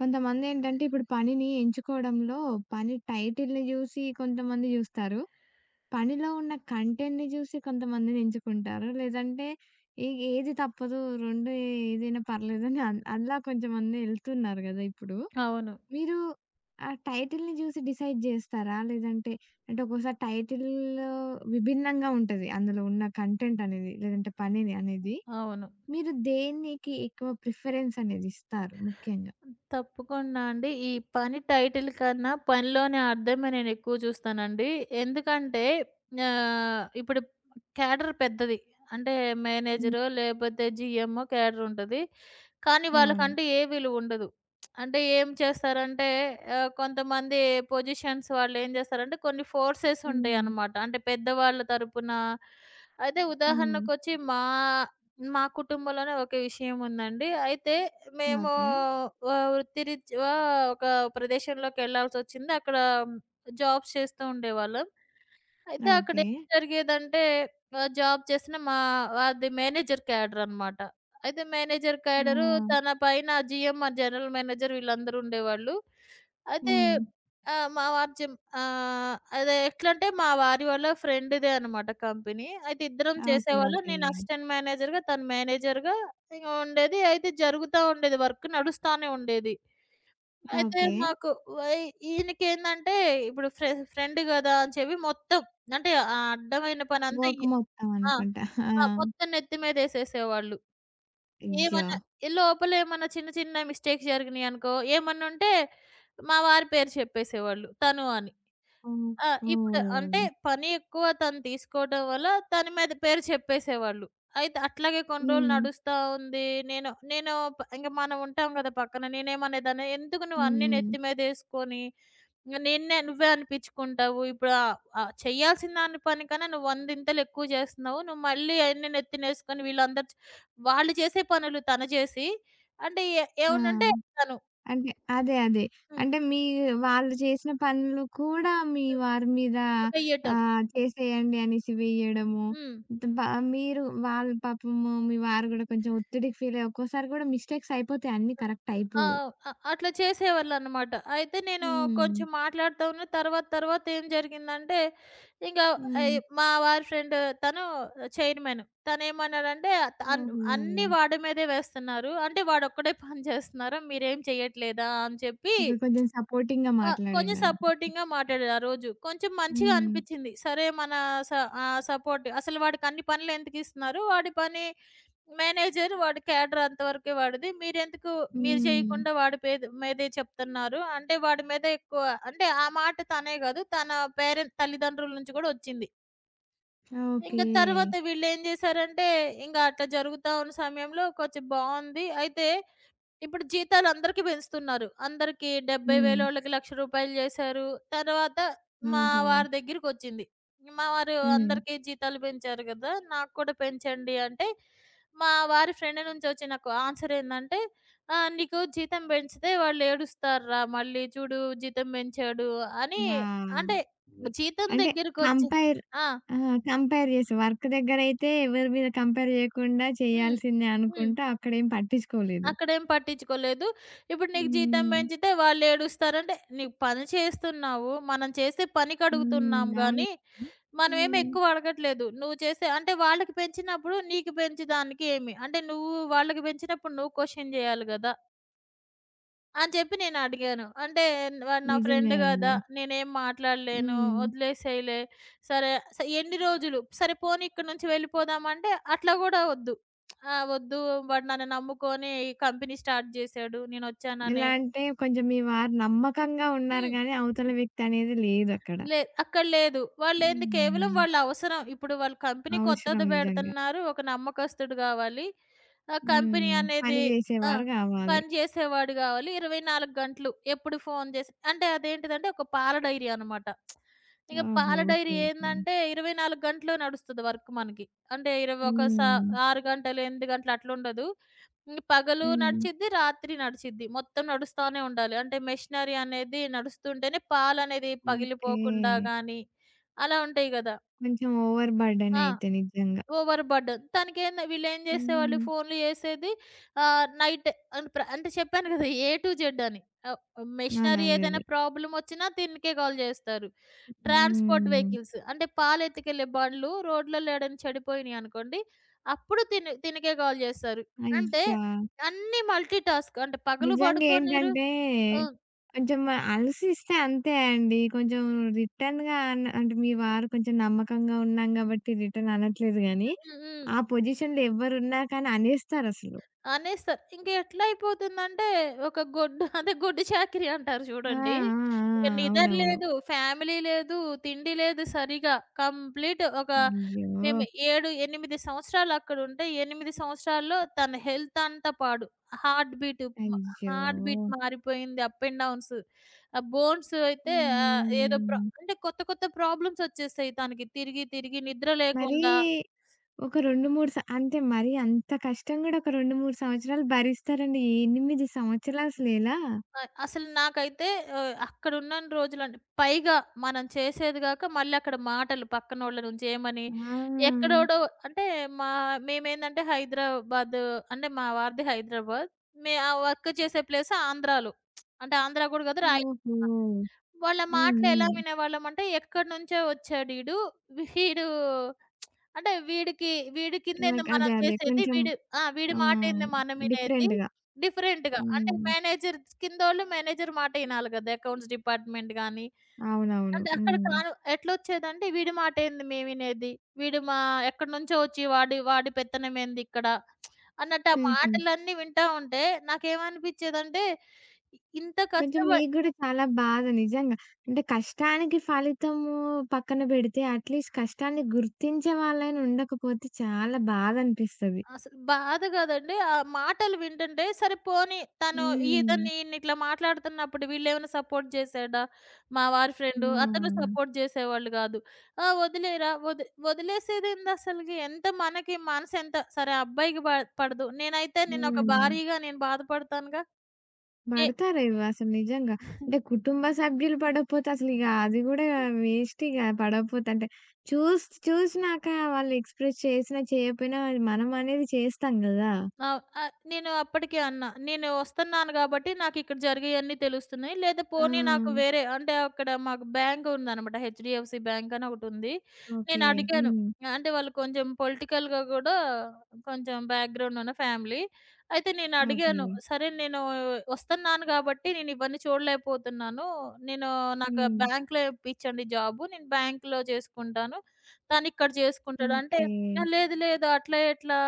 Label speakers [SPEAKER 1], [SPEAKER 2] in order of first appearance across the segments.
[SPEAKER 1] కొంతమందేంటంటే ఇప్పుడు పనిని ఎంచుకోవడంలో పని టైటిల్‌ని జూసి కొంతమంది జూస్తారు. పనిలో ఉన్న కంటెంట్‌ని జూసి కొంతమందిని ఎంచుకుంటారు. లేదంటే ఏది తప్పదు 2 ఏదైనా పర్లేదని అలా కొంచెమంది ఎళ్తున్నారు గదా! ఇప్పుడు.
[SPEAKER 2] అవును.
[SPEAKER 1] మీరు ఆ టైటిల్‌ని జూసి డిసైడ్ జేస్తారా? లేదంటే అంటే ఒక్కోసారి టైటిల్ విభిన్నంగా ఉంటది. అందులో ఉన్న కంటెంట్ అనేది లేదంటే పనిని అనేది.
[SPEAKER 2] అవును.
[SPEAKER 1] మీరు దేనికి ఎక్కువ ప్రిఫరెన్స్ అనేది ఇస్తారు ముఖ్యంగా?
[SPEAKER 2] తప్పకుండా అండి. ఈ పని టైటిల్ కన్నా పనిలోని అర్థమే నేనెక్కువ చూస్తానండి. ఎందుకంటే ఇప్పుడు క్యాడర్ పెద్దది. అంటే
[SPEAKER 1] హ్మ్.
[SPEAKER 2] మేనేజరో లేపోతే జీఎంఓ క్యాడర్ ఉంటది. కానీ
[SPEAKER 1] అవును.
[SPEAKER 2] వాళ్ళకంటూ ఏ విలువ ఉండదు. అంటే ఏం చేస్తారంటే కొంతమంది పొజిషన్స్ వాళ్ళేం చేస్తారంటే కొన్ని ఫోర్సెస్
[SPEAKER 1] హ్మ్.
[SPEAKER 2] ఉంటాయనమాట. అంటే పెద్దవాళ్ళ తరపున అయితే
[SPEAKER 1] హ్మ్.
[SPEAKER 2] ఉదాహరణకొచ్చి మా మా కుటుంబంలోనే ఒక విషయం ఉందండి. అయితే మేము
[SPEAKER 1] ఓకే.
[SPEAKER 2] వృత్తిరీత్యా ఒక ప్రదేశంలోకెళ్ళాల్సొచ్చింది. అక్కడ జాబ్స్ చేస్తూ ఉండేవాళ్ళం. అయితే
[SPEAKER 1] ఓకే.
[SPEAKER 2] అక్కడేం జరిగేదంటే, జాబ్ చేసిన మా అది మేనేజర్ క్యాడరనమాట. అయితే మేనేజర్
[SPEAKER 1] ఆ!
[SPEAKER 2] క్యాడరు తన పైన జీఎం, జనరల్ మేనేజర్ వీళ్ళందరూ ఉండేవాళ్ళు. అయితే
[SPEAKER 1] హ్మ్.
[SPEAKER 2] హ్మ్. మా వారు జిమ్ అదే ఎట్లంటే మా వారి వాళ్ళ ఫ్రెండ్‌దే అనమాట కంపెనీ. అయితే ఇద్దరం
[SPEAKER 1] ఓకే.
[SPEAKER 2] చేసేవాళ్ళం.
[SPEAKER 1] ఓకే.
[SPEAKER 2] నేను అసిస్టెంట్ మేనేజర్‌గా, తను మేనేజర్‌గా ఇక ఉండేది. అయితే జరుగుతా ఉండేది. వర్క్ నడుస్తానే ఉండేది. అయితే
[SPEAKER 1] ఓకే.
[SPEAKER 2] మాకు వై ఈయనకేందంటే ఇప్పుడు ఫ్రెండ్ గదా! అని చెప్పి మొత్తం అంటే ఆ అడ్డమైన పనంతా ఈ
[SPEAKER 1] వర్క్ మొత్తం
[SPEAKER 2] ఆ!
[SPEAKER 1] అనుకుంటా. ఆ!
[SPEAKER 2] ఆ! మొత్తం నెత్తి మీదేసేసేవాళ్ళు.
[SPEAKER 1] అయ్యో!
[SPEAKER 2] ఏమన్నా ఈ లోపల ఏమన్నా చిన్న చిన్న మిస్టేక్స్ జరిగినియనుకో, ఏమన్నుంటే మా వారి పేరు చెప్పేసేవాళ్ళు తను అని. ఆ!
[SPEAKER 1] ఓహో!
[SPEAKER 2] ఇప్పుడు అంటే
[SPEAKER 1] హ్మ్.
[SPEAKER 2] పని ఎక్కువ తను తీసుకోవడం వల్ల తన మీద పేరు చెప్పేసేవాళ్ళు. అయితే అట్లాగే కొన్ని రోజులు
[SPEAKER 1] హ్మ్.
[SPEAKER 2] నడుస్తా ఉంది. నేను నేను ప ఇంక మనం ఉంటాం గదా! పక్కన నేనేమనేదాన్ని, "ఎందుకు నువ్వు అన్నీ
[SPEAKER 1] హ్మ్.
[SPEAKER 2] నెత్తి మీదేసుకొని" ఇంగ నిన్నే నువ్వే అనిపిచ్చుకుంటావు. ఇప్పుడు ఆహ్, ఆహ్, చేయాల్సిన దాని పని కన్నా నువ్వు వందింతలు ఎక్కువ చేస్తున్నావు. నువ్వు మళ్ళీ అయన్నీ నెత్తినేసుకొని వీళ్ళందరు చ్ వాళ్ళు చేసే పనులు తను చేసి, అంటే ఏ
[SPEAKER 1] ఆ!
[SPEAKER 2] ఏమన్నుంటే తను.
[SPEAKER 1] అంటే అదే.
[SPEAKER 2] హ్మ్.
[SPEAKER 1] అంటే మీ వాళ్ళు చేసిన పనులు కూడా మీ వారి మీద
[SPEAKER 2] చెయ్యటం.
[SPEAKER 1] ఆహ్, చేసేయండి అనేసి వేయడము.
[SPEAKER 2] హ్మ్.
[SPEAKER 1] ద బ మీరు వాళ్ళు పాపము మీ వారు గూడా కొంచెం ఒత్తిడికి ఫీలయ్యి ఒక్కోసారి గూడా మిస్టేక్స్ అయిపోతాయి. అన్నీ కరెక్ట్
[SPEAKER 2] ఆ!
[SPEAKER 1] అయిపోవు.
[SPEAKER 2] అట్లా చేసేవాళ్ళనమాట. అయితే నేను
[SPEAKER 1] హ్మ్.
[SPEAKER 2] కొంచెం మాట్లాడుతా ఉన్న తర్వాత తర్వాత ఏం జరిగిందంటే, ఇంకా
[SPEAKER 1] హ్మ్.
[SPEAKER 2] మా వారి ఫ్రెండ్ తను చైర్మన్. తనేమన్నాడంటే అన్
[SPEAKER 1] ఓహో!
[SPEAKER 2] అన్నీ వాడి మీదే వేస్తున్నారు. అంటే వాడొక్కడే పని చేస్తున్నారా? మీరేం చేయట్లేదా? అని చెప్పి
[SPEAKER 1] ఇక కొంచెం సపోర్టింగ్‌గా
[SPEAKER 2] ఆ! కొంచెం
[SPEAKER 1] మాట్లాడినారు.
[SPEAKER 2] సపోర్టింగ్‌గా మాట్లాడాడు ఆ రోజు. కొంచెం మంచిగా
[SPEAKER 1] హ్మ్.
[SPEAKER 2] అనిపిచ్చింది. సరే మన స సపోర్ట్ అసలు వాడికన్ని పనులు ఎందుకిస్తున్నారు? వాడి పని మేనేజర్ వాడి క్యాడర్ అంతవరకే వాడిది. మీరెందుకు మీరు
[SPEAKER 1] హ్మ్.
[SPEAKER 2] చేయకుండా వాడి పేద మీదే చెప్తున్నారు. అంటే వాడి మీద ఎక్కువ అంటే ఆ మాట తనే గాదు. తన పేరెంట్ తల్లిదండ్రుల నుంచి కూడా ఒచ్చింది. ఇంక
[SPEAKER 1] ఓకే.
[SPEAKER 2] తర్వాత వీళ్ళేం జేశారంటే, ఇంగ అట్లా జరుగుతా ఉన్న సమయంలో కొంచెం బావుంది. అయితే ఇప్పుడు జీతాలు అందరికీ పెంచుతున్నారు. అందరికీ
[SPEAKER 1] హ్మ్.
[SPEAKER 2] 70,000 ఓళ్ళకి రూ. 1,00,000 చేశారు. తర్వాత మా
[SPEAKER 1] ఓహో!
[SPEAKER 2] వారి దగ్గరికొచ్చింది. మా వారు
[SPEAKER 1] హ్మ్.
[SPEAKER 2] అందరికీ జీతాలు పెంచారు గదా! నాకు కూడా పెంచండి అంటే, మా వారి ఫ్రెండ్ నుంచి వచ్చి నాకు ఆన్సర్ ఏందంటే, నీకు జీతం పెంచితే వాళ్ళు ఏడుస్తార్రా! మళ్ళీ చూడు జీతం పెంచాడు" అని
[SPEAKER 1] వావ్!
[SPEAKER 2] అంటే జీతం
[SPEAKER 1] అంటే
[SPEAKER 2] దగ్గరికొచ్చి
[SPEAKER 1] కంపేర్
[SPEAKER 2] ఆ!
[SPEAKER 1] ఆ! కంపేర్ చేసి వర్క్ దగ్గరైతే ఎవరి మీద కంపేర్ చేయకుండా
[SPEAKER 2] హ్మ్.
[SPEAKER 1] చేయాల్సిందే
[SPEAKER 2] హ్మ్.
[SPEAKER 1] అనుకుంటూ అక్కడేం పట్టించుకోలేదు.
[SPEAKER 2] అక్కడేం పట్టించుకోలేదు. ఇప్పుడు నీకు జీతం
[SPEAKER 1] హ్మ్.
[SPEAKER 2] పెంచితే వాళ్ళేడుస్తారంటే, "నీవు పని చేస్తున్నావు, మనం చేసే పనికడుగుతున్నాం
[SPEAKER 1] హ్మ్. అవును.
[SPEAKER 2] గానీ, మనమేమి
[SPEAKER 1] హ్మ్.
[SPEAKER 2] ఎక్కువ అడగట్లేదు. నువ్వు చేసే" అంటే వాళ్ళకి పెంచినప్పుడు నీకు పెంచే దానికి ఏమి? అంటే నువ్వు వాళ్ళకి పెంచినప్పుడు నువ్వు క్వెషన్ జేయాలి గదా! అని చెప్పి నేనడిగాను. అంటే వాడు నా
[SPEAKER 1] నిజమే
[SPEAKER 2] ఫ్రెండ్
[SPEAKER 1] అండి.
[SPEAKER 2] గదా! నేనేం మాట్లాడలేను.
[SPEAKER 1] హ్మ్.
[SPEAKER 2] వదిలేసేయలే. సరే స ఎన్ని రోజులు సరే పోనీ ఇక్కడి నుంచి వెళ్ళిపోదామంటే అట్లా గూడా వద్దు. ఆ! వద్దు వాడు నన్ను నమ్ముకొని ఈ కంపెనీ స్టార్ట్ జేశాడు.
[SPEAKER 1] ఎలా
[SPEAKER 2] నేనొచ్చాననే
[SPEAKER 1] అంటే కొంచెం మీ వారు నమ్మకంగా ఉన్నారు
[SPEAKER 2] హ్మ్.
[SPEAKER 1] గానీ అవతల వ్యక్తి అనేది లేదక్కడ.
[SPEAKER 2] లే అక్కడ లేదు. వాళ్ళేంది కేవలం
[SPEAKER 1] హ్మ్.
[SPEAKER 2] వాళ్ళ అవసరం. ఇప్పుడు వాళ్ళు కంపెనీ
[SPEAKER 1] అవసరం
[SPEAKER 2] కొత్తది
[SPEAKER 1] నిజంగా.
[SPEAKER 2] పెడుతున్నారు. ఒక నమ్మకస్తుడు గావాలి. ఆ కంపెనీ
[SPEAKER 1] హ్మ్. పని
[SPEAKER 2] అనేది ఆ!
[SPEAKER 1] జేసేవారు గావాలి.
[SPEAKER 2] పని చేసేవాడు గావాలి. 24 గంటలు ఎప్పుడు ఫోను చేసి అంటే అదేంటిదంటే ఒక పాల డైరీ అనమాట. ఇక
[SPEAKER 1] ఓహో!
[SPEAKER 2] పాల డైరీ
[SPEAKER 1] ఓకే. ఓకే.
[SPEAKER 2] ఏందంటే 24 గంటలు నడుస్తది వర్క్ మనకి. అంటే ఇరవై ఒక స
[SPEAKER 1] హ్మ్.
[SPEAKER 2] 6 గంటలు, 8 గంటలు అట్లుండదు. ఇంక పగలు
[SPEAKER 1] హ్మ్.
[SPEAKER 2] నడిచిద్ది, రాత్రి నడిచిద్ది. మొత్తం నడుస్తానే ఉండాలి. అంటే మెషినరీ అనేది నడుస్తుంటేనే పాలనేది
[SPEAKER 1] ఓకే.
[SPEAKER 2] పగిలిపోకుండా గానీ, అలా ఉంటాయి గదా!
[SPEAKER 1] కొంచెం ఓవర్ బర్డెన్
[SPEAKER 2] ఆ!
[SPEAKER 1] అయితే నిజంగా.
[SPEAKER 2] Over burden. తనకేంద వీళ్ళేం జేసేవాళ్ళు
[SPEAKER 1] హ్మ్.
[SPEAKER 2] ఫోన్లు జేసేది నైట్ అంట్ ప్ర అంటే చెప్పాను గదా! ఏ టు జెడ్ అని. ఆహ్,
[SPEAKER 1] అదే.
[SPEAKER 2] మెషినరీ
[SPEAKER 1] అదే.
[SPEAKER 2] ఏదైనా
[SPEAKER 1] అదే.
[SPEAKER 2] ప్రాబ్లమొచ్చినా దీనికే కాల్ జేస్తారు. ట్రాన్స్‌పోర్ట్
[SPEAKER 1] హ్మ్.
[SPEAKER 2] వెహికల్స్ అంటే పాలెత్తుకెళ్ళే బండ్లు రోడ్లలో ఏడైనా చెడిపోయినియనుకోండి, అప్పుడు తిను తినకే కాల్ జేస్తారు. అంటే
[SPEAKER 1] అయ్యా!
[SPEAKER 2] అన్నీ మల్టీ టాస్క్. అంటే పగలు
[SPEAKER 1] నిజంగా
[SPEAKER 2] పడుకోనీరు.
[SPEAKER 1] ఏంటంటే
[SPEAKER 2] హ్మ్.
[SPEAKER 1] కొంచెం అలసిస్తే అంతే అండి. కొంచెం రిటర్న్‌గా అంటే మీ వారు కొంచెం నమ్మకంగా ఉన్నాం గాబట్టి రిటర్న్ అనట్లేదు గానీ,
[SPEAKER 2] హ్మ్. హ్మ్.
[SPEAKER 1] ఆ పొజిషన్‌లో ఎవ్వరున్నా కానీ అనేస్తారసలు.
[SPEAKER 2] అనేస్తారు. ఇంక ఎట్లా అయిపోతుందంటే, ఒక గొడ్డు అదే గొడ్డు చాకిరీ అంటారు
[SPEAKER 1] ఆ!
[SPEAKER 2] చూడండి.
[SPEAKER 1] ఆ!
[SPEAKER 2] ఇక
[SPEAKER 1] ఆ!
[SPEAKER 2] నిదర
[SPEAKER 1] అవునవును.
[SPEAKER 2] లేదు, ఫ్యామిలీ లేదు, తిండి లేదు సరిగా. కంప్లీట్ ఒక
[SPEAKER 1] అయ్యో!
[SPEAKER 2] మేము 7, 8 సంవత్సరాలు అక్కడుంటే, 8 సంవత్సరాల్లో తన హెల్త్ అంతా పాడు. హార్ట్ బీట్ మ
[SPEAKER 1] అయ్యో!
[SPEAKER 2] హార్ట్ బీట్ మారిపోయింది. Up and downs. ఆ బోన్స్ అయితే ఏదో ప్ర
[SPEAKER 1] హ్మ్.
[SPEAKER 2] అంటే కొత్త కొత్త ప్రాబ్లమ్స్ వచ్చేసాయి తనకి తిరిగి, తిరిగి నిద్ర
[SPEAKER 1] మరీ
[SPEAKER 2] లేకుండా
[SPEAKER 1] ఒక 2, 3 స అంతే మరి అంత కష్టం గూడా ఒక 2, 3 సంవత్సరాలు భరిస్తారండి. 8 సంవత్సరాలు అసలెలా?
[SPEAKER 2] అ అసలు నాకైతే అక్కడున్నన్ని రోజులండి పైగా మనం చేసేది గాక మళ్ళీ అక్కడ మాటలు పక్కనోళ్ళ నుంచి ఏమని,
[SPEAKER 1] ఆ!
[SPEAKER 2] ఎక్కడోడో అంటే మా మేమేందంటే హైదరాబాద్ అంటే మా వారిది హైదరాబాద్. మే ఆ వర్క్ చేసే ప్లేస్ ఆంధ్రాలో. అంటే ఆంధ్ర గూడా కాదు రాయల్.
[SPEAKER 1] ఓహో!
[SPEAKER 2] వాళ్ళ
[SPEAKER 1] హ్మ్.
[SPEAKER 2] మాటలు ఎలా
[SPEAKER 1] హ్మ్.
[SPEAKER 2] వినేవాళ్ళమంటే ఎక్కడి నుంచో వచ్చాడీడు. వీడు వీడు అంటే వీడికి వీడి కిందేంది
[SPEAKER 1] లైక్
[SPEAKER 2] మనం
[SPEAKER 1] అదే.
[SPEAKER 2] చేసేది.
[SPEAKER 1] కొంచెం
[SPEAKER 2] వీడు ఆ! వీడి
[SPEAKER 1] ఆ!
[SPEAKER 2] మాటేంది మనం వినేది.
[SPEAKER 1] డిఫరెంట్‌గా.
[SPEAKER 2] డిఫరెంట్‌గా అంటే
[SPEAKER 1] హ్మ్.
[SPEAKER 2] మేనేజర్ కిందోళ్ళు మేనేజర్ మాట ఇనాలి గదా! అకౌంట్స్ డిపార్ట్‌మెంట్ గాని,
[SPEAKER 1] అవునవును.
[SPEAKER 2] అంటే అక్కడ
[SPEAKER 1] హ్మ్.
[SPEAKER 2] కాను ఎట్లొచ్చేదంటే వీడి మాటేంది మేము వినేది. వీడు మా ఎక్కడినుంచో వచ్చి వాడి వాడి పెత్తనమేంది ఇక్కడ అన్నట్టు ఆ
[SPEAKER 1] హుహు.
[SPEAKER 2] మాటలన్నీ వింటా ఉంటే నాకేమనిపిచ్చేదంటే, ఇంత
[SPEAKER 1] కొంచెం
[SPEAKER 2] కష్టప
[SPEAKER 1] మీకు గూడా చాలా బాధ నిజంగా. అంటే కష్టానికి ఫలితము పక్కన బెడితే, అట్‌లీస్ట్ కష్టాన్ని గుర్తించే వాళ్ళైనా ఉండకపోతే చాలా బాధనిపిస్తది.
[SPEAKER 2] అసలు బాధ కాదండి. ఆ మాటలు వింటుంటే సరే పోనీ తను
[SPEAKER 1] హ్మ్.
[SPEAKER 2] ఇతన్ని ఈయన్ని ఇట్లా మాట్లాడుతున్నప్పుడు వీళ్ళేమైనా సపోర్ట్ చేసాడా? మా వారి ఫ్రెండు అతను
[SPEAKER 1] హ్మ్.
[SPEAKER 2] సపోర్ట్ చేసేవాళ్ళు గాదు. ఆ! వదిలేయరా వదిలేసేదేందసలకి? ఎంత మనకి మనసెంత సరే అబ్బాయికి ప పడదు. నేనైతే నేనొక
[SPEAKER 1] హ్మ్.
[SPEAKER 2] భార్యగా నేను బాధపడతానుగా. నే
[SPEAKER 1] పడతారేమో అసలు నిజంగా. అంటే కుటుంబ సభ్యులు పడకపోతే అసలిగ అది గూడా వేస్టిగ పడకపోతే. అంటే చూసినాక వాళ్ళు ఎక్స్‌ప్రెస్ చేసినా, చేయకపోయినా మనం అనేది చేస్తాం గదా!
[SPEAKER 2] ఆ! నేను అప్పటికే అన్నా. నేను వస్తున్నాను గాబట్టి, నాకిక్కడ జరిగేయన్నీ తెలుస్తున్నాయి. లేదా
[SPEAKER 1] ఆ!
[SPEAKER 2] పోనీ ఓకే. నాకు వేరే అంటే, అక్కడ మాకు బ్యాంక్ ఉందనమాట. హెచ్‌డీఎఫ్‌సీ బ్యాంక్ అని ఒకటుంది.
[SPEAKER 1] ఓకే.
[SPEAKER 2] నేను అడిగాను.
[SPEAKER 1] హ్మ్.
[SPEAKER 2] అంటే, వాళ్ళు కొంచెం పొలిటికల్‌గా గూడా కొంచెం బ్యాక్‌గ్రౌండ్ ఉన్న ఫ్యామిలీ. అయితే నేను
[SPEAKER 1] ఓకే.
[SPEAKER 2] అడిగాను. సరే నేను వస్తున్నాను గాబట్టి, నేను ఇవన్నీ చూడలేకపోతున్నాను. నేను నాకు
[SPEAKER 1] హ్మ్.
[SPEAKER 2] బ్యాంక్‌లో ఇప్పించండి జాబు. నేను బ్యాంక్‌లో చేసుకుంటాను. తనిక్కడ జేసుకుంటాడు. అంటే,
[SPEAKER 1] ఓకే.
[SPEAKER 2] "ఆ, లేదు లేదు. అట్లా ఎట్లా?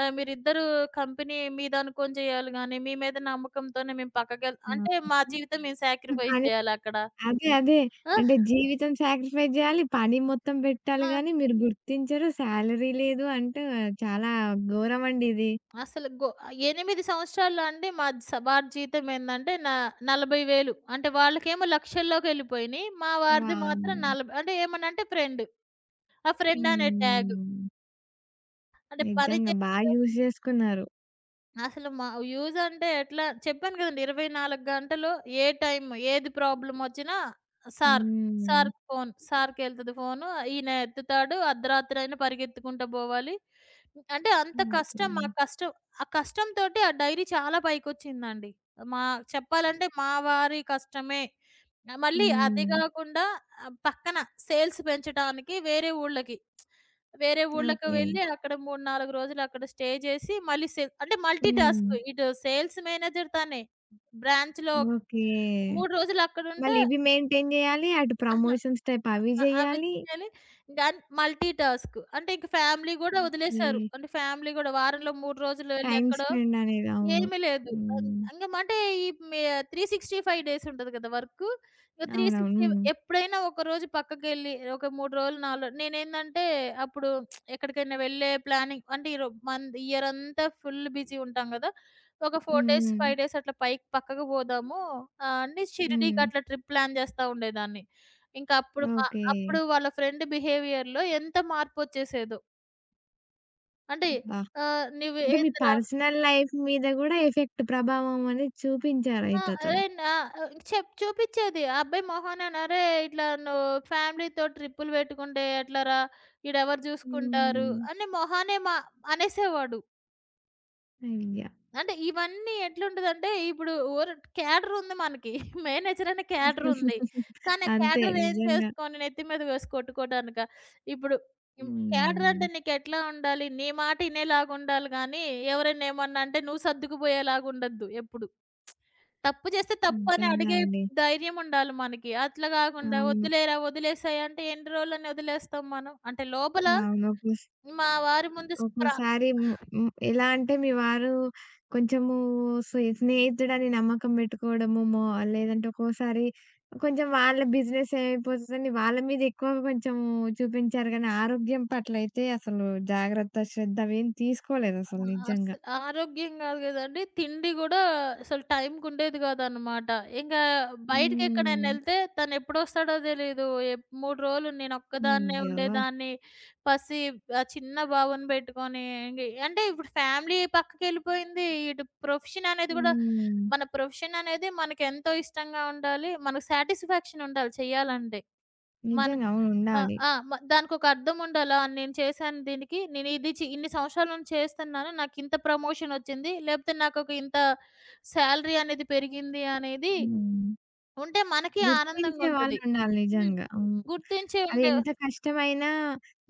[SPEAKER 2] మీరిద్దరూ కంపెనీ మీదనుకోని చేయాలి గానీ, మీ మీద నమ్మకంతోనే మేము పక్కకెళ్
[SPEAKER 1] ఆ!
[SPEAKER 2] అంటే మా జీవితం మేము
[SPEAKER 1] ఈ
[SPEAKER 2] సాక్రిఫైస్
[SPEAKER 1] పని
[SPEAKER 2] చేయాలక్కడ.
[SPEAKER 1] అదే.
[SPEAKER 2] ఆ!
[SPEAKER 1] అంటే జీవితం సాక్రిఫైస్ జేయాలి. పని మొత్తం పెట్టాలి
[SPEAKER 2] ఆ!
[SPEAKER 1] గానీ మీరు గుర్తించరు. సాలరీ లేదు అంటూ చాలా ఘోరమండి ఇది.
[SPEAKER 2] అసలు గో 8 సంవత్సరాల్లో అండి మా స వారి జీతం ఏందంటే నా 40,000 అంటే వాళ్ళకేమో లక్షల్లోకెళ్ళిపోయినియి. మా వారిది మాత్రం
[SPEAKER 1] వామ్మో!
[SPEAKER 2] 40 అంటే ఏమనంటే ఫ్రెండ్. ఆ ఫ్రెండ్ అనే
[SPEAKER 1] హ్మ్.
[SPEAKER 2] ట్యాగ్. అంటే పని
[SPEAKER 1] నిజంగా
[SPEAKER 2] చే
[SPEAKER 1] బా యూజ్ చేసుకున్నారు.
[SPEAKER 2] అసలు మా యూజ్ అంటే ఎట్లా చెప్పాను గదండీ! 24 గంటలు ఏ టైమ్ ఏది ప్రాబ్లమొచ్చినా సార్,
[SPEAKER 1] హ్మ్.
[SPEAKER 2] సార్‌కి ఫోను. సార్‌కెళ్తది ఫోను. ఈయన ఎత్తుతాడు. అర్ధరాత్రయినా పరిగెత్తుకుంటా బోవాలి. అంటే అంత
[SPEAKER 1] ఓకే.
[SPEAKER 2] కష్టం. మా కష్టం ఆ కష్టంతోటి ఆ డైరీ చాలా పైకొచ్చిందండి. మా చెప్పాలంటే మా వారి కష్టమే. ఆ! మళ్ళీ హ్మ్. అదే
[SPEAKER 1] హ్మ్.
[SPEAKER 2] కాకుండా పక్కన సేల్స్ పెంచటానికి వేరే ఊళ్ళకి
[SPEAKER 1] ఓకే.
[SPEAKER 2] వెళ్ళి అక్కడ 3, 4 రోజులు అక్కడ స్టే చేసి మళ్ళీ సేల్ అంటే మల్టీ హ్మ్.
[SPEAKER 1] హ్మ్.
[SPEAKER 2] టాస్క్. ఇటు సేల్స్ మేనేజర్ తనే. బ్రాంచ్‌లో
[SPEAKER 1] ఓకే.
[SPEAKER 2] 3 రోజులు అక్కడుంటే
[SPEAKER 1] మళ్ళీ ఇవి మెయింటైన్ జేయాలి. అటు
[SPEAKER 2] ఆహా!
[SPEAKER 1] ప్రమోషన్స్ టైప్ అవి
[SPEAKER 2] అవి
[SPEAKER 1] జేయాలి.
[SPEAKER 2] చేయాలి. Then multi task. అంటే ఇంక ఫ్యామిలీ గూడా హ్మ్.
[SPEAKER 1] ఓకే.
[SPEAKER 2] వదిలేశారు. అంటే ఫ్యామిలీ గూడా వారంలో 3 రోజులు హ్మ్.
[SPEAKER 1] టైమ్
[SPEAKER 2] ఎక్కడో
[SPEAKER 1] స్పెండ్ అనేది అవును.
[SPEAKER 2] ఏమి లేదు.
[SPEAKER 1] హ్మ్.
[SPEAKER 2] ఇంగ అంటే ఈ మే 365 డేస్ ఉంటది కదా! వర్కు. ఇక
[SPEAKER 1] అవునవును.
[SPEAKER 2] 365
[SPEAKER 1] హ్మ్.
[SPEAKER 2] ఎప్పుడైనా ఒకరోజు పక్కకెళ్ళి ఒక 3 రోజులు, 4 రోజులు నేనేందంటే అప్పుడు ఎక్కడికైనా వెళ్ళే ప్లానింగ్ అంటే ఈ రో మంత్ ఇయర్ అంతా ఫుల్ బిజీ ఉంటాం గదా! ఒక 4 డేస్,
[SPEAKER 1] హ్మ్.
[SPEAKER 2] 5 డేస్ అట్లా పైకి పక్కకు పోదాము అని
[SPEAKER 1] హ్మ్.
[SPEAKER 2] షిరిడీకి అట్లా ట్రిప్ ప్లాన్ చేస్తా ఉండేదాన్ని. ఇంకా అప్పుడు మా
[SPEAKER 1] ఓకే.
[SPEAKER 2] అప్పుడు వాళ్ళ ఫ్రెండ్ బిహేవియర్‌లో ఎంత మార్పొచ్చేసేదో. అంటే
[SPEAKER 1] హుహు. అబ్బా! అంటే మీ
[SPEAKER 2] "నువ్వేందిరా"
[SPEAKER 1] పర్సనల్ లైఫ్ మీద గూడా ఎఫెక్ట్ ప్రభావం అనేది
[SPEAKER 2] ఆ!
[SPEAKER 1] చూపించారయితే అతను.
[SPEAKER 2] అదే నా చెప్ చూపిచ్చేది. ఆ అబ్బాయి మొహానాన "అరేయ్! ఇట్లా నువ్వు ఫ్యామిలీతో ట్రిప్పులు పెట్టుకుంటే ఎట్లరా? ఈడెవరు చూసుకుంటారు"
[SPEAKER 1] హ్మ్.
[SPEAKER 2] అని మొహానే మా అనేసేవాడు.
[SPEAKER 1] అయ్యా!
[SPEAKER 2] అంటే ఇవన్నీ ఎట్లుంటదంటే, ఇప్పుడు ఓర్ క్యాడర్ ఉంది మనకి. మేనేజర్ అనే క్యాడర్ ఉంది. కానీ ఆ
[SPEAKER 1] అంతే
[SPEAKER 2] క్యాడర్ ఏం
[SPEAKER 1] నిజంగా.
[SPEAKER 2] చేసుకొని నెత్తి మీద వేసి కొట్టుకోవడానికా? ఇప్పుడు హ్మ్, క్యాడర్
[SPEAKER 1] హ్మ్.
[SPEAKER 2] అంటే నీకెట్లా ఉండాలి? నీ మాట ఇనేలాగుండాలి గానీ, ఎవరైనా ఏమన్నా అంటే నువ్వు సర్దుకుపోయేలాగుండద్దు ఎప్పుడు. తప్పు చేస్తే తప్పు అని
[SPEAKER 1] నిజంగా
[SPEAKER 2] అడిగే
[SPEAKER 1] అండి.
[SPEAKER 2] ధైర్యం ఉండాలి మనకి. అట్లా గాకుండా
[SPEAKER 1] అవును.
[SPEAKER 2] "వద్దులేరా వదిలేసేయి" అంటే ఎన్ని రోజులని వదిలేస్తాం మనం? అంటే లోపల
[SPEAKER 1] అవును.
[SPEAKER 2] మా వారి ముందు స్ప్ర
[SPEAKER 1] ఒక్కోసారి హ్మ్, హ్మ్. ఎలా అంటే మీ వారు కొంచెము స్నేహితుడని నమ్మకం పెట్టుకోవడము, లేదంటే ఒక్కోసారి కొంచెం వాళ్ళ బిజినెస్ ఏమైపోతుందని వాళ్ళ మీద ఎక్కువ కొంచెం చూపించారు గానీ, ఆరోగ్యం పట్ల అయితే అసలు జాగ్రత్త, శ్రద్ధ అవేం
[SPEAKER 2] ఆ!
[SPEAKER 1] తీసుకోలేదసలు నిజంగా.
[SPEAKER 2] అసలు ఆరోగ్యం గాదు గదండీ. తిండి గూడా అసలు టైంకుండేది గాదనమాట. ఇంగా
[SPEAKER 1] హ్మ్.
[SPEAKER 2] బయటికెక్కడైనెళ్తే తనెప్పుడొస్తాడో తెలీదు. ఎప్ 3 రోజులు నేనొక్కదాన్నే
[SPEAKER 1] అయ్యో!
[SPEAKER 2] ఉండేదాన్ని. పసి ఆ చిన్న బాబుని బెట్టుకొని ఇంగ అంటే ఇప్పుడు ఫ్యామిలీ పక్కకెళ్ళిపోయింది. ఇటు ప్రొఫెషన్ అనేది గూడా
[SPEAKER 1] హ్మ్.
[SPEAKER 2] మన ప్రొఫెషన్ అనేది మనకెంతో ఇష్టంగా ఉండాలి. మనకు సాటిస్ఫాక్షన్ ఉండాలి చెయ్యాలంటే. మన
[SPEAKER 1] నిజంగా అవును.
[SPEAKER 2] ఆ!
[SPEAKER 1] ఉండాలి.
[SPEAKER 2] ఆ! మ దానికొక అర్థం ఉండాలా? నేను చేశాను దీనికి. నేను ఇది చి ఇన్ని సంవత్సరాల నుంచి చేస్తున్నాను. నాకింత ప్రమోషన్ వచ్చింది. లేకపోతే నాకొక ఇంత సాలరీ అనేది పెరిగింది అనేది
[SPEAKER 1] హ్మ్.
[SPEAKER 2] ఉంటే మనకి ఆనందంగా
[SPEAKER 1] గుర్తించే
[SPEAKER 2] ఉంటది.
[SPEAKER 1] వాళ్ళుండాలి
[SPEAKER 2] హ్మ్.
[SPEAKER 1] నిజంగా. హ్మ్.
[SPEAKER 2] గుర్తించి
[SPEAKER 1] అది
[SPEAKER 2] ఉండే
[SPEAKER 1] ఎంత కష్టమైనా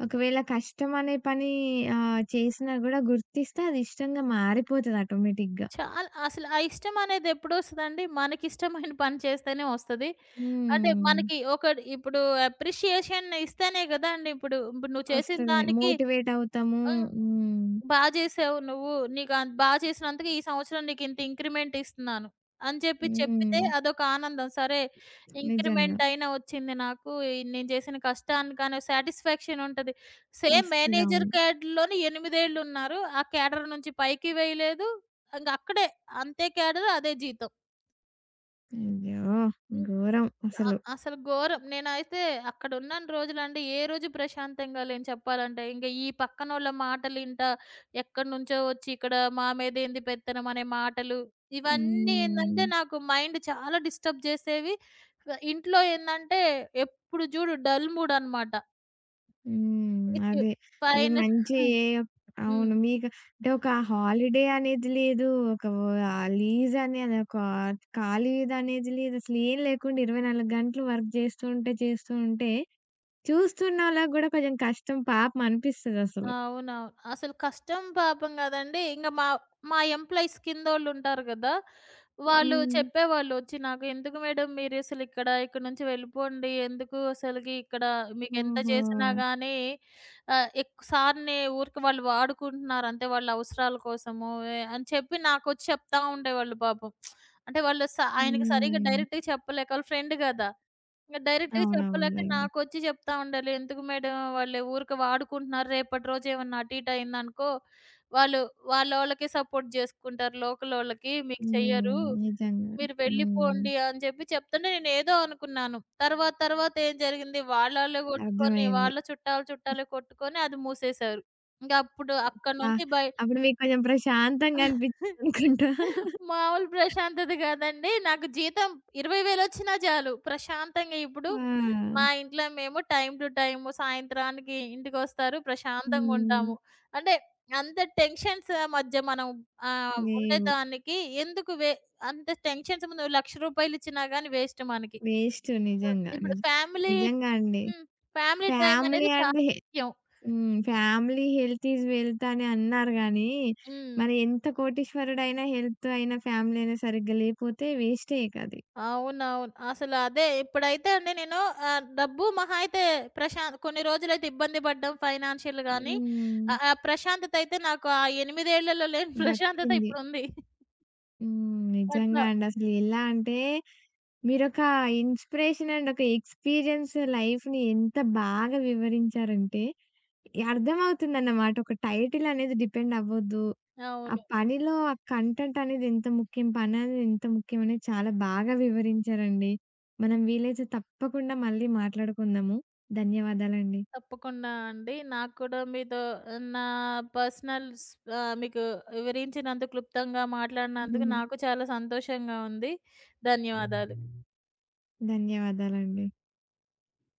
[SPEAKER 1] ఒకవేళ కష్టం అనే పని ఆహ్, చేసినా గూడా గుర్తిస్తే అది ఇష్టంగా మారిపోతది ఆటోమేటిక్‌గా.
[SPEAKER 2] చాలా అసలు ఆ ఇష్టం అనేది ఎప్పుడొస్తదండి? మనకిష్టమైన పని చేస్తేనే వస్తది. అంటే
[SPEAKER 1] హ్మ్.
[SPEAKER 2] మనకి ఒకటి ఇప్పుడు అప్రిషియేషన్ ఇస్తేనే గదండీ! ఇప్పుడు ఇప్పుడు నువ్వు చేసిన
[SPEAKER 1] వస్తది.
[SPEAKER 2] దానికి
[SPEAKER 1] మోటివేట్ అవుతాము.
[SPEAKER 2] హ్మ్.
[SPEAKER 1] హ్మ్.
[SPEAKER 2] బా జేసావు నువ్వు. నీకు అన్ బా చేసినందుకు ఈ సంవత్సరం నీకింత ఇంక్రిమెంట్ ఇస్తున్నాను. అని చెప్పి చెప్పితే
[SPEAKER 1] హ్మ్.
[SPEAKER 2] అదొక ఆనందం. సరే
[SPEAKER 1] నిజంగా.
[SPEAKER 2] ఇంక్రిమెంట్ అయినా వచ్చింది నాకు. ఈ నేను చేసిన కష్టానికి అనే సాటిస్ఫాక్షన్ ఉంటది. సేమ్
[SPEAKER 1] వస్తది.
[SPEAKER 2] మేనేజర్
[SPEAKER 1] అవును.
[SPEAKER 2] క్యాడర్‌లోనే 8 ఏళ్లు ఉన్నారు. ఆ క్యాడర్ నుంచి పైకి వేయలేదు. ఇంగక్కడే అంతే క్యాడర్ అదే జీతం.
[SPEAKER 1] అయ్యో! ఘోరం
[SPEAKER 2] అ
[SPEAKER 1] అసలు.
[SPEAKER 2] అసలు ఘోరం. నేనైతే అక్కడున్నన్ని రోజులండి ఏ రోజు ప్రశాంతంగా లేను చెప్పాలంటే. ఇంక ఈ పక్కనోళ్ళ మాటలింటా, ఎక్కడినుంచో వచ్చి ఇక్కడ మా మీదేంది పెత్తనం అనే మాటలు, ఇవన్నీ
[SPEAKER 1] హ్మ్.
[SPEAKER 2] ఏందంటే నాకు మైండ్ చాలా డిస్టర్బ్ చేసేవి. వ ఇంట్లో ఏందంటే ఎప్పుడు చూడు డల్ మూడ్ అనమాట.
[SPEAKER 1] హ్మ్.
[SPEAKER 2] ఇచ్
[SPEAKER 1] అదే. అది
[SPEAKER 2] ఫైన
[SPEAKER 1] మంచి
[SPEAKER 2] హ్మ్.
[SPEAKER 1] ఏ
[SPEAKER 2] హ్మ్.
[SPEAKER 1] అవును. మీకు అంటే ఒక హాలిడే అనేది లేదు. ఒక ఆహ్, లీజ్ అనేది ఒక ఖాళీది అనేది లేదు. అసలు ఏం లేకుండా 24 గంటలు వర్క్ చేస్తూ ఉంటే, చేస్తూ ఉంటే చూస్తున్నోళ్ళకి గూడా కొంచెం కష్టం పాపం అనిపిస్తదసలు.
[SPEAKER 2] అవునవును. అసలు కష్టం పాపం గదండీ! ఇంగ మా మా ఎంప్లాయీస్ కిందోళ్ళుంటారు గదా! వాళ్ళు హ్మ్.
[SPEAKER 1] హ్మ్.
[SPEAKER 2] చెప్పేవాళ్ళు ఒచ్చి నాకు, "ఎందుకు మేడం మీరసలు ఇక్కడ ఇక్కడి నుంచి వెళ్ళిపోండి. ఎందుకు అసలకి ఇక్కడ మీకెంత
[SPEAKER 1] ఓహో!
[SPEAKER 2] చేసినా గానీ ఎక్కు సార్‌ని ఊరికే వాళ్ళు వాడుకుంటున్నారు. అంతే వాళ్ళ అవసరాల కోసము" ఎ అని చెప్పి నాకొచ్చి చెప్తా ఉండేవాళ్ళు పాపం. అంటే వాళ్ళు స హ్మ్. ఆయనకి సరిగ్గా
[SPEAKER 1] హ్మ్.
[SPEAKER 2] డైరెక్ట్‌గా చెప్పలేక, వాళ్ళ ఫ్రెండ్ గదా! ఇంక డైరెక్ట్‌గా చెప్పలేక
[SPEAKER 1] అవునవునులెండి.
[SPEAKER 2] నాకొచ్చి చెప్తా ఉండాలి. ఎందుకు మేడం వాళ్ళు ఊరికే వాడుకుంటున్నారు. రేపటి రోజు ఏమన్నా అటు ఇటు అయిందనుకో, వాళ్ళు వాళ్ళోళ్ళకే సపోర్ట్ జేసుకుంటారు. లోకలోళ్ళకి మీకు
[SPEAKER 1] హ్మ్.
[SPEAKER 2] చెయ్యరు.
[SPEAKER 1] నిజంగా.
[SPEAKER 2] మీరు
[SPEAKER 1] హ్మ్.
[SPEAKER 2] వెళ్ళిపోండి అని చెప్పి చెప్తుంటే నేనేదో అనుకున్నాను. తర్వాత తర్వాత ఏం జరిగింది వాళ్ళాళ్ళే గొట్టుకొని
[SPEAKER 1] అర్థమైంది.
[SPEAKER 2] వాళ్ళ చుట్టాలు చుట్టాలే కొట్టుకొని అది మూసేశారు. ఇంక అప్పుడు అక్కడి
[SPEAKER 1] ఆ!
[SPEAKER 2] నుంచి బయ
[SPEAKER 1] అప్పుడు మీకు కొంచెం ప్రశాంతంగా అనిపించిందనుకుంటా.
[SPEAKER 2] మామూలు ప్రశాంతత కాదండి. నాకు జీతం 20,000 వచ్చినా చాలు. ప్రశాంతంగా ఇప్పుడు
[SPEAKER 1] ఆ!
[SPEAKER 2] మా ఇంట్లో మేము టైమ్ టు టైమ్ సాయంత్రానికి ఇంటికొస్తారు. ప్రశాంతంగా
[SPEAKER 1] హ్మ్.
[SPEAKER 2] ఉంటాము. అంటే అంత టెన్షన్స్ మధ్య మనం
[SPEAKER 1] లేవు.
[SPEAKER 2] ఉండేదానికి ఎందుకు వే అంత టెన్షన్స్ నువ్వు రూ. 1,00,000 ఇచ్చినా గాని వేస్ట్ మనకి.
[SPEAKER 1] వేస్ట్ నిజంగా.
[SPEAKER 2] ఇప్పుడు ఫ్యామిలీ
[SPEAKER 1] నిజంగా అండి.
[SPEAKER 2] హ్మ్. ఫ్యామిలీ టైమ్
[SPEAKER 1] ఫ్యామిలీ
[SPEAKER 2] అనేది చాలా
[SPEAKER 1] అంటే
[SPEAKER 2] ముఖ్యం.
[SPEAKER 1] హ్మ్. ఫ్యామిలీ హెల్త్ ఈజ్ వెల్త్ అని అన్నారు గానీ,
[SPEAKER 2] హ్మ్.
[SPEAKER 1] మరి ఎంత కోటీశ్వరుడైనా హెల్త్ అయినా, ఫ్యామిలీ అయినా సరిగ్గా లేపోతే వేస్టే కది.
[SPEAKER 2] అవునవును. అసలు అదే ఇప్పుడైతే అండి నేను డబ్బు మహా అయితే ప్రశాంత్ కొన్ని రోజులైతే ఇబ్బంది పడ్డాం ఫైనాన్షియల్ గాని,
[SPEAKER 1] హ్మ్.
[SPEAKER 2] ఆ ప్రశాంతత అయితే నాకు ఆ 8 ఏళ్లలో లేని ప్రశాంతత
[SPEAKER 1] దక్కింది.
[SPEAKER 2] ఇప్పుడుంది.
[SPEAKER 1] హ్మ్.
[SPEAKER 2] అట్లా.
[SPEAKER 1] నిజంగా అండి. అసలు ఎలా అంటే మీరొక ఇన్‌స్పిరేషన్ అండ్ ఒక ఎక్స్‌పీరియన్స్ లైఫ్‌ని ఎంత బాగా వివరించారంటే, అర్థమవుతుందన్నమాట. ఒక టైటిల్ అనేది డిపెండ్ అవ్వొద్దు. ఆ
[SPEAKER 2] అవును.
[SPEAKER 1] పనిలో ఆ కంటెంట్ అనేది ఎంత ముఖ్యం, పననేది ఎంత ముఖ్యం అనేది చాలా బాగా వివరించారండి. మనం వీలైతే తప్పకుండా మళ్ళీ మాట్లాడుకుందాము. ధన్యవాదాలండి.
[SPEAKER 2] తప్పకుండా అండి. నాకు కూడా మీతో నా పర్సనల్స్ మీకు వివరించినంత క్లుప్తంగా మాట్లాడినందుకు
[SPEAKER 1] హుహు.
[SPEAKER 2] నాకు చాలా సంతోషంగా ఉంది. ధన్యవాదాలు.
[SPEAKER 1] ధన్యవాదాలండి.